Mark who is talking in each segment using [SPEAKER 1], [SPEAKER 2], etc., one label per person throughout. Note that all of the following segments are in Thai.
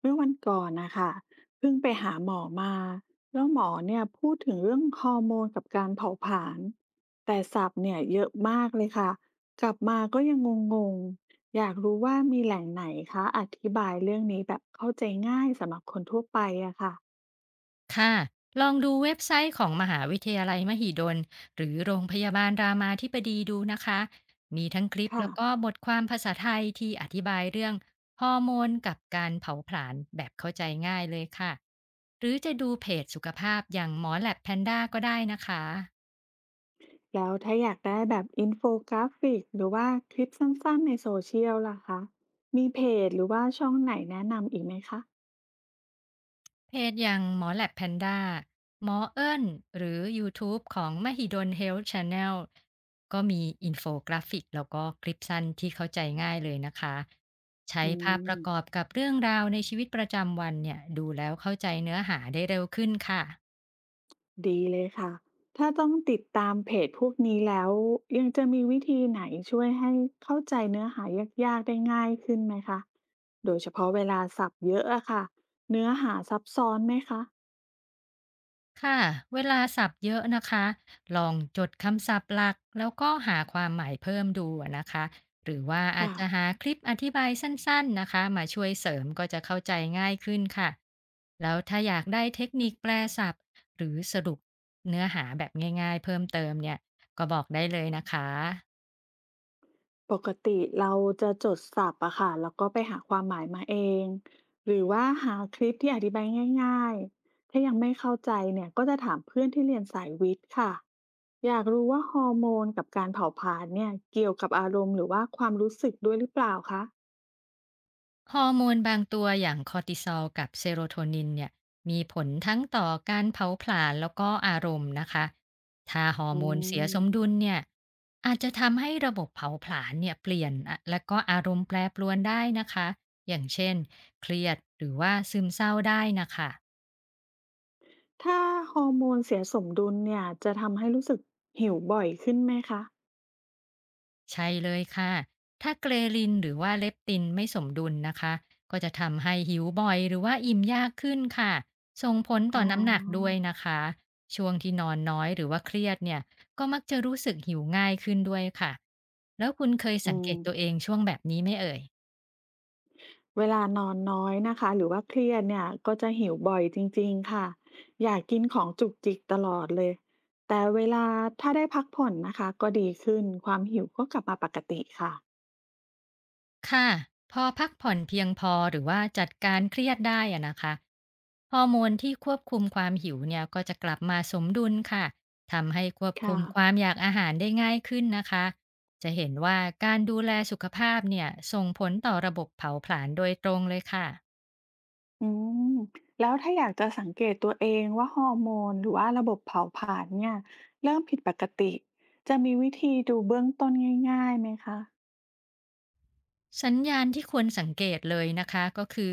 [SPEAKER 1] เมื่อวันก่อนนะคะเพิ่งไปหาหมอมาแล้วหมอเนี่ยพูดถึงเรื่องฮอร์โมนกับการเผาผลาญแต่ศัพท์เนี่ยเยอะมากเลยค่ะกลับมาก็ยังงงๆอยากรู้ว่ามีแหล่งไหนคะอธิบายเรื่องนี้แบบเข้าใจง่ายสำหรับคนทั่วไปอะค่ะ
[SPEAKER 2] ค่ะลองดูเว็บไซต์ของมหาวิทยาลัยมหิดลหรือโรงพยาบาลรามาธิบดีดูนะคะ มีทั้งคลิป
[SPEAKER 1] ค่ะ
[SPEAKER 2] แล้วก็บทความภาษาไทยที่อธิบายเรื่องฮอร์โมนกับการเผาผลาญแบบเข้าใจง่ายเลยค่ะ หรือจะดูเพจสุขภาพอย่างหมอแลบแพนด้าก็ได้นะคะ
[SPEAKER 1] แล้วถ้าอยากได้แบบอินโฟกราฟิกหรือว่าคลิปสั้นๆในโซเชียลล่ะคะมีเพจหรือว่าช่องไหนแนะนำอีกไหมคะ
[SPEAKER 2] เพจอย่างหมอแลบแพนด้าหมอเอิ้นหรือยูทูบของมหิดล Health Channel ก็มีอินโฟกราฟิกแล้วก็คลิปสั้นที่เข้าใจง่ายเลยนะคะใช้
[SPEAKER 1] อื
[SPEAKER 2] ภาพประกอบ
[SPEAKER 1] ม
[SPEAKER 2] กับเรื่องราวในชีวิตประจำวันเนี่ยดูแล้วเข้าใจเนื้อหาได้เร็วขึ้นค่ะ
[SPEAKER 1] ดีเลยค่ะ ถ้าต้องติดตามเพจพวกนี้แล้วยังจะมีวิธีไหนช่วยให้เข้าใจเนื้อหายากๆได้ง่ายขึ้นไหมคะโดยเฉพาะเวลาศัพท์เยอะอะค่ะเนื้อหาซับซ้อนไหมคะ
[SPEAKER 2] ค่ะเวลาศัพท์เยอะนะคะลองจดคำศัพท์หลักแล้วก็หาความหมายเพิ่มดูอะนะคะหรือว่าอาจ
[SPEAKER 1] ค่ะ
[SPEAKER 2] จะหาคลิปอธิบายสั้นๆนะคะมาช่วยเสริมก็จะเข้าใจง่ายขึ้นค่ะแล้วถ้าอยากได้เทคนิคแปลศัพท์หรือสรุปเนื้อหาแบบง่ายๆเพิ่มเติมเนี่ยก็บอกได้เลยนะคะ
[SPEAKER 1] ปกติเราจะจดศัพท์อะค่ะ แล้วก็ไปหาความหมายมาเอง หรือว่าหาคลิปที่อธิบายง่ายๆ ถ้ายังไม่เข้าใจเนี่ยก็จะถามเพื่อนที่เรียนสายวิทย์ค่ะ อยากรู้ว่าฮอร์โมนกับการเผาผลาญเนี่ยเกี่ยวกับอารมณ์หรือว่าความรู้สึกด้วยหรือเปล่าคะ
[SPEAKER 2] ฮอร์โมนบางตัวอย่างคอร์ติซอลกับเซโรโทนินเนี่ยมีผลทั้งต่อการเผาผลาญแล้วก็อารมณ์นะคะถ้าฮอ
[SPEAKER 1] อื
[SPEAKER 2] ร์โมนเสีย
[SPEAKER 1] ม
[SPEAKER 2] สมดุลเนี่ยอาจจะทำให้ระบบเผาผลาญเนี่ยเปลี่ยนอะและก็อารมณ์แปรปรวนได้นะคะอย่างเช่นเครียดหรือว่าซึมเศร้าได้นะคะ
[SPEAKER 1] ถ้าฮอร์โมนเสียสมดุลเนี่ยจะทำให้รู้สึกหิวบ่อยขึ้นไหมคะ
[SPEAKER 2] ใช่เลยค่ะ ถ้าเกรลินหรือว่าเลปตินไม่สมดุลนะคะ ก็จะทำให้หิวบ่อยหรือว่าอิ่มยากขึ้นค่ะ ส่งผล
[SPEAKER 1] อ๋
[SPEAKER 2] ต่อน้ำหนักด้ว
[SPEAKER 1] อ
[SPEAKER 2] ยนะคะ ช่วงที่นอนน้อยหรือว่าเครียดเนี่ย ก็มักจะรู้สึกหิวง่ายขึ้นด้วยค่ะ แล้วคุณเคย
[SPEAKER 1] อื
[SPEAKER 2] สังเก
[SPEAKER 1] ม
[SPEAKER 2] ตตัวเองช่วงแบบนี้ไหมเอ่ย
[SPEAKER 1] เวลานอนน้อยนะคะหรือว่าเครียดเนี่ยก็จะหิวบ่อยจริงๆค่ะอยากกินของจุกจิกตลอดเลยแต่เวลาถ้าได้พักผ่อนนะคะก็ดีขึ้นความหิวก็กลับมาปกติค่ะ
[SPEAKER 2] ค่ะพอพักผ่อนเพียงพอหรือว่าจัดการเครียดได้อะนะคะฮอร์โมนที่ควบคุมความหิวเนี่ยก็จะกลับมาสมดุลค่ะทำให้ควบคุ
[SPEAKER 1] ค่ะ
[SPEAKER 2] มความอยากอาหารได้ง่ายขึ้นนะคะจะเห็นว่าการดูแลสุขภาพเนี่ยส่งผลต่อระบบเผาผลาญโดยตรงเลยค่ะ
[SPEAKER 1] อืมแล้วถ้าอยากจะสังเกตตัวเองว่าฮอร์โมนหรือว่าระบบเผาผลาญเนี่ยเริ่มผิดปกติจะมีวิธีดูเบื้องต้นง่ายๆไหมคะ
[SPEAKER 2] สัญญาณที่ควรสังเกตเลยนะคะก็คือ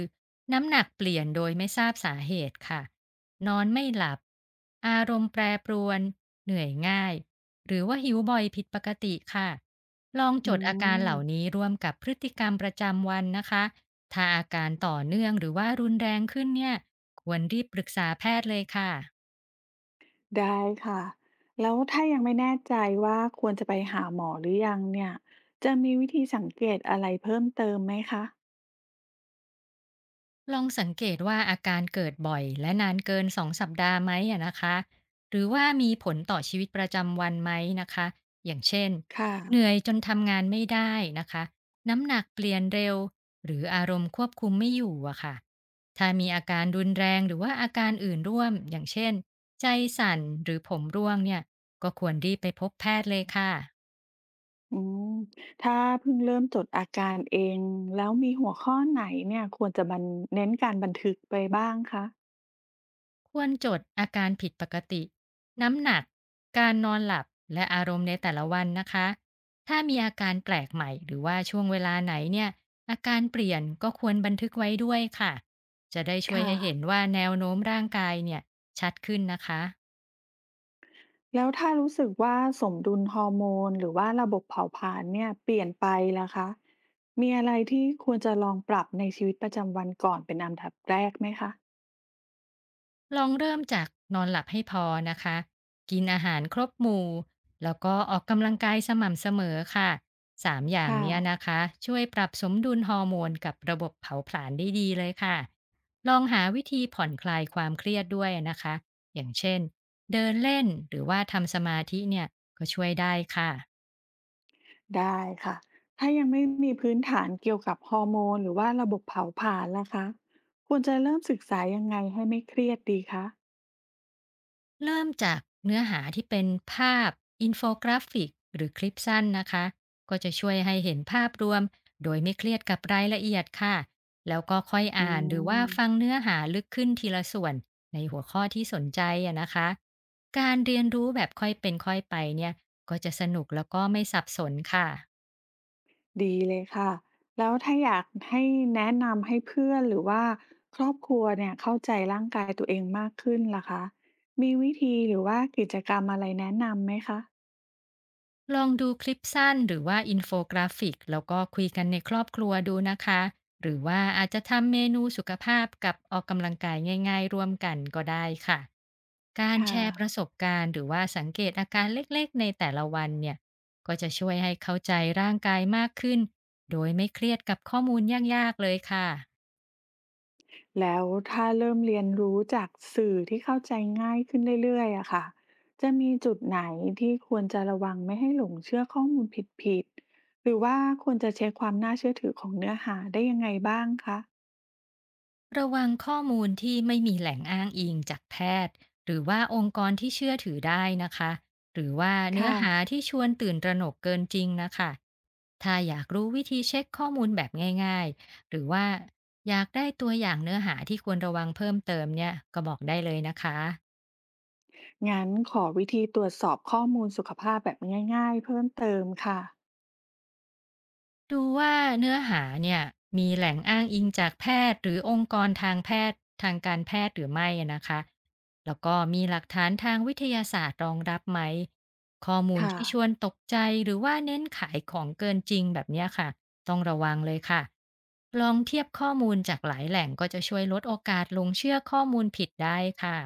[SPEAKER 2] น้ำหนักเปลี่ยนโดยไม่ทราบสาเหตุค่ะนอนไม่หลับอารมณ์แปรปรวนเหนื่อยง่ายหรือว่าหิวบ่อยผิดปกติค่ะลองจ
[SPEAKER 1] อื
[SPEAKER 2] ดอาการเหล่า
[SPEAKER 1] ม
[SPEAKER 2] นี้ร่วมกับพฤติกรรมประจำวันนะคะถ้าอาการต่อเนื่องหรือว่ารุนแรงขึ้นเนี่ยควรรีบปรึกษาแพทย์เลยค่ะ
[SPEAKER 1] ได้ค่ะแล้วถ้ายังไม่แน่ใจว่าควรจะไปหาหมอหรือยังเนี่ยจะมีวิธีสังเกตอะไรเพิ่มเติมไหมคะ
[SPEAKER 2] ลองสังเกตว่าอาการเกิดบ่อยและนานเกินสองสัปดาห์ไหมอะนะคะหรือว่ามีผลต่อชีวิตประจำวันไหมนะคะอย่างเช่น
[SPEAKER 1] ค่ะ
[SPEAKER 2] เหนื่อยจนทำงานไม่ได้นะคะน้ำหนักเปลี่ยนเร็วหรืออารมณ์ควบคุมไม่อยู่อะค่ะถ้ามีอาการรุนแรงหรือว่าอาการอื่นร่วมอย่างเช่นใจสั่นหรือผมร่วงเนี่ยก็ควรรีบไปพบแพทย์เลยค่ะ
[SPEAKER 1] อืมถ้าเพิ่งเริ่มจดอาการเองแล้วมีหัวข้อไหนเนี่ยควรจะบันเน้นการบันทึกไปบ้างคะ
[SPEAKER 2] ควรจดอาการผิดปกติน้ำหนักการนอนหลับและอารมณ์ในแต่ละวันนะคะถ้ามีอาการแปลกใหม่หรือว่าช่วงเวลาไหนเนี่ยอาการเปลี่ยนก็ควรบันทึกไว้ด้วยค่ะจะได้ช่วย
[SPEAKER 1] ค่ะ
[SPEAKER 2] ให้เห็นว่าแนวโน้มร่างกายเนี่ยชัดขึ้นนะคะ
[SPEAKER 1] แล้วถ้ารู้สึกว่าสมดุลฮอร์โมนหรือว่าระบบเผาผลาญเนี่ยเปลี่ยนไปล่ะคะมีอะไรที่ควรจะลองปรับในชีวิตประจำวันก่อนเป็นอันดับแรกไหมคะ
[SPEAKER 2] ลองเริ่มจากนอนหลับให้พอนะคะ กินอาหารครบหมู่แล้วก็ออกกำลังกายสม่ำเสมอค่ะ3อย่าง
[SPEAKER 1] ค่ะ
[SPEAKER 2] เนี้ยนะคะช่วยปรับสมดุลฮอร์โมนกับระบบเผาผลาญได้ดีเลยค่ะ ลองหาวิธีผ่อนคลายความเครียดด้วยนะคะ อย่างเช่นเดินเล่นหรือว่าทำสมาธิเนี่ยก็ช่วยได้ค่ะ
[SPEAKER 1] ได้ค่ะถ้ายังไม่มีพื้นฐานเกี่ยวกับฮอร์โมนหรือว่าระบบเผาผลาญล่ะคะควรจะเริ่มศึกษายังไงให้ไม่เครียดดีคะ
[SPEAKER 2] เริ่มจากเนื้อหาที่เป็นภาพอินโฟกราฟิกหรือคลิปสั้นนะคะก็จะช่วยให้เห็นภาพรวมโดยไม่เครียดกับรายละเอียดค่ะแล้วก็ค่อย
[SPEAKER 1] อื
[SPEAKER 2] อ่านหรือว่า
[SPEAKER 1] ม
[SPEAKER 2] ฟังเนื้อหาลึกขึ้นทีละส่วนในหัวข้อที่สนใจอะนะคะการเรียนรู้แบบค่อยเป็นค่อยไปเนี่ยก็จะสนุกแล้วก็ไม่สับสนค่ะ
[SPEAKER 1] ดีเลยค่ะแล้วถ้าอยากให้แนะนำให้เพื่อนหรือว่าครอบครัวเนี่ยเข้าใจร่างกายตัวเองมากขึ้นล่ะคะมีวิธีหรือว่ากิจกรรมอะไรแนะนำไหมคะ
[SPEAKER 2] ลองดูคลิปสั้นหรือว่าอินโฟกราฟิกแล้วก็คุยกันในครอบครัวดูนะคะหรือว่าอาจจะทำเมนูสุขภาพกับออกกำลังกายง่ายๆร่วมกันก็ได้ค่ะการแช
[SPEAKER 1] ค่ะ
[SPEAKER 2] ร์ประสบการณ์หรือว่าสังเกตอาการเล็กๆในแต่ละวันเนี่ยก็จะช่วยให้เข้าใจร่างกายมากขึ้นโดยไม่เครียดกับข้อมูลยากๆเลยค่ะ
[SPEAKER 1] แล้วถ้าเริ่มเรียนรู้จากสื่อที่เข้าใจง่ายขึ้นเรื่อยๆอะค่ะจะมีจุดไหนที่ควรจะระวังไม่ให้หลงเชื่อข้อมูลผิดๆหรือว่าควรจะเช็คความน่าเชื่อถือของเนื้อหาได้ยังไงบ้างคะ
[SPEAKER 2] ระวังข้อมูลที่ไม่มีแหล่งอ้างอิงจากแพทย์หรือว่าองค์กรที่เชื่อถือได้นะคะหรือว่าเนื้อ
[SPEAKER 1] ค่ะ
[SPEAKER 2] หาที่ชวนตื่นตระหนกเกินจริงนะคะถ้าอยากรู้วิธีเช็คข้อมูลแบบง่ายๆหรือว่าอยากได้ตัวอย่างเนื้อหาที่ควรระวังเพิ่มเติมเนี่ยก็บอกได้เลยนะคะ
[SPEAKER 1] งั้นขอวิธีตรวจสอบข้อมูลสุขภาพแบบง่ายๆเพิ่มเติมค่ะ
[SPEAKER 2] ดูว่าเนื้อหาเนี่ยมีแหล่งอ้างอิงจากแพทย์หรือองค์กรทางแพทย์ทางการแพทย์หรือไม่อะนะคะแล้วก็มีหลักฐานทางวิทยาศาสตร์รองรับไหมข้อมูล
[SPEAKER 1] ค่ะ
[SPEAKER 2] ที่ชวนตกใจหรือว่าเน้นขายของเกินจริงแบบเนี้ยค่ะต้องระวังเลยค่ะลองเทียบข้อมูลจากหลายแหล่งก็จะช่วยลดโอกาสหลงเชื่อข้อมูลผิดได้ค่ะ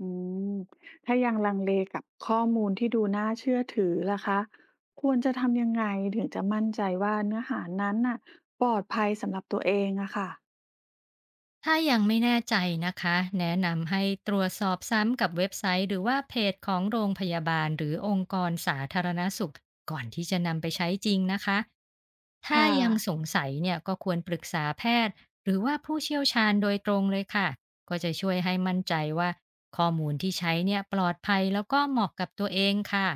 [SPEAKER 1] อืมถ้ายังลังเลกับข้อมูลที่ดูน่าเชื่อถือล่ะคะควรจะทำยังไงถึงจะมั่นใจว่าเนื้อหานั้นน่ะปลอดภัยสำหรับตัวเองอะค่ะ
[SPEAKER 2] ถ้ายังไม่แน่ใจนะคะ แนะนำให้ตรวจสอบซ้ำกับเว็บไซต์หรือว่าเพจของโรงพยาบาลหรือองค์กรสาธารณสุขก่อนที่จะนำไปใช้จริงนะคะ ถ้า
[SPEAKER 1] ค่ะ
[SPEAKER 2] ยังสงสัยเนี่ยก็ควรปรึกษาแพทย์หรือว่าผู้เชี่ยวชาญโดยตรงเลยค่ะ ก็จะช่วยให้มั่นใจว่าข้อมูลที่ใช้เนี่ยปลอดภัยแล้วก็เหมาะกับตัวเองค่ะ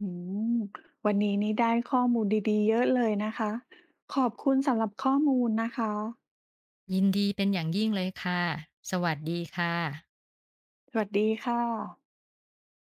[SPEAKER 1] อืมวันนี้นี่ได้ข้อมูลดีๆเยอะเลยนะคะ ขอบคุณสำหรับข้อมูลนะคะ
[SPEAKER 2] ยินดีเป็นอย่างยิ่งเลยค่ะสวัสดีค่ะ
[SPEAKER 1] สวัสดีค่ะ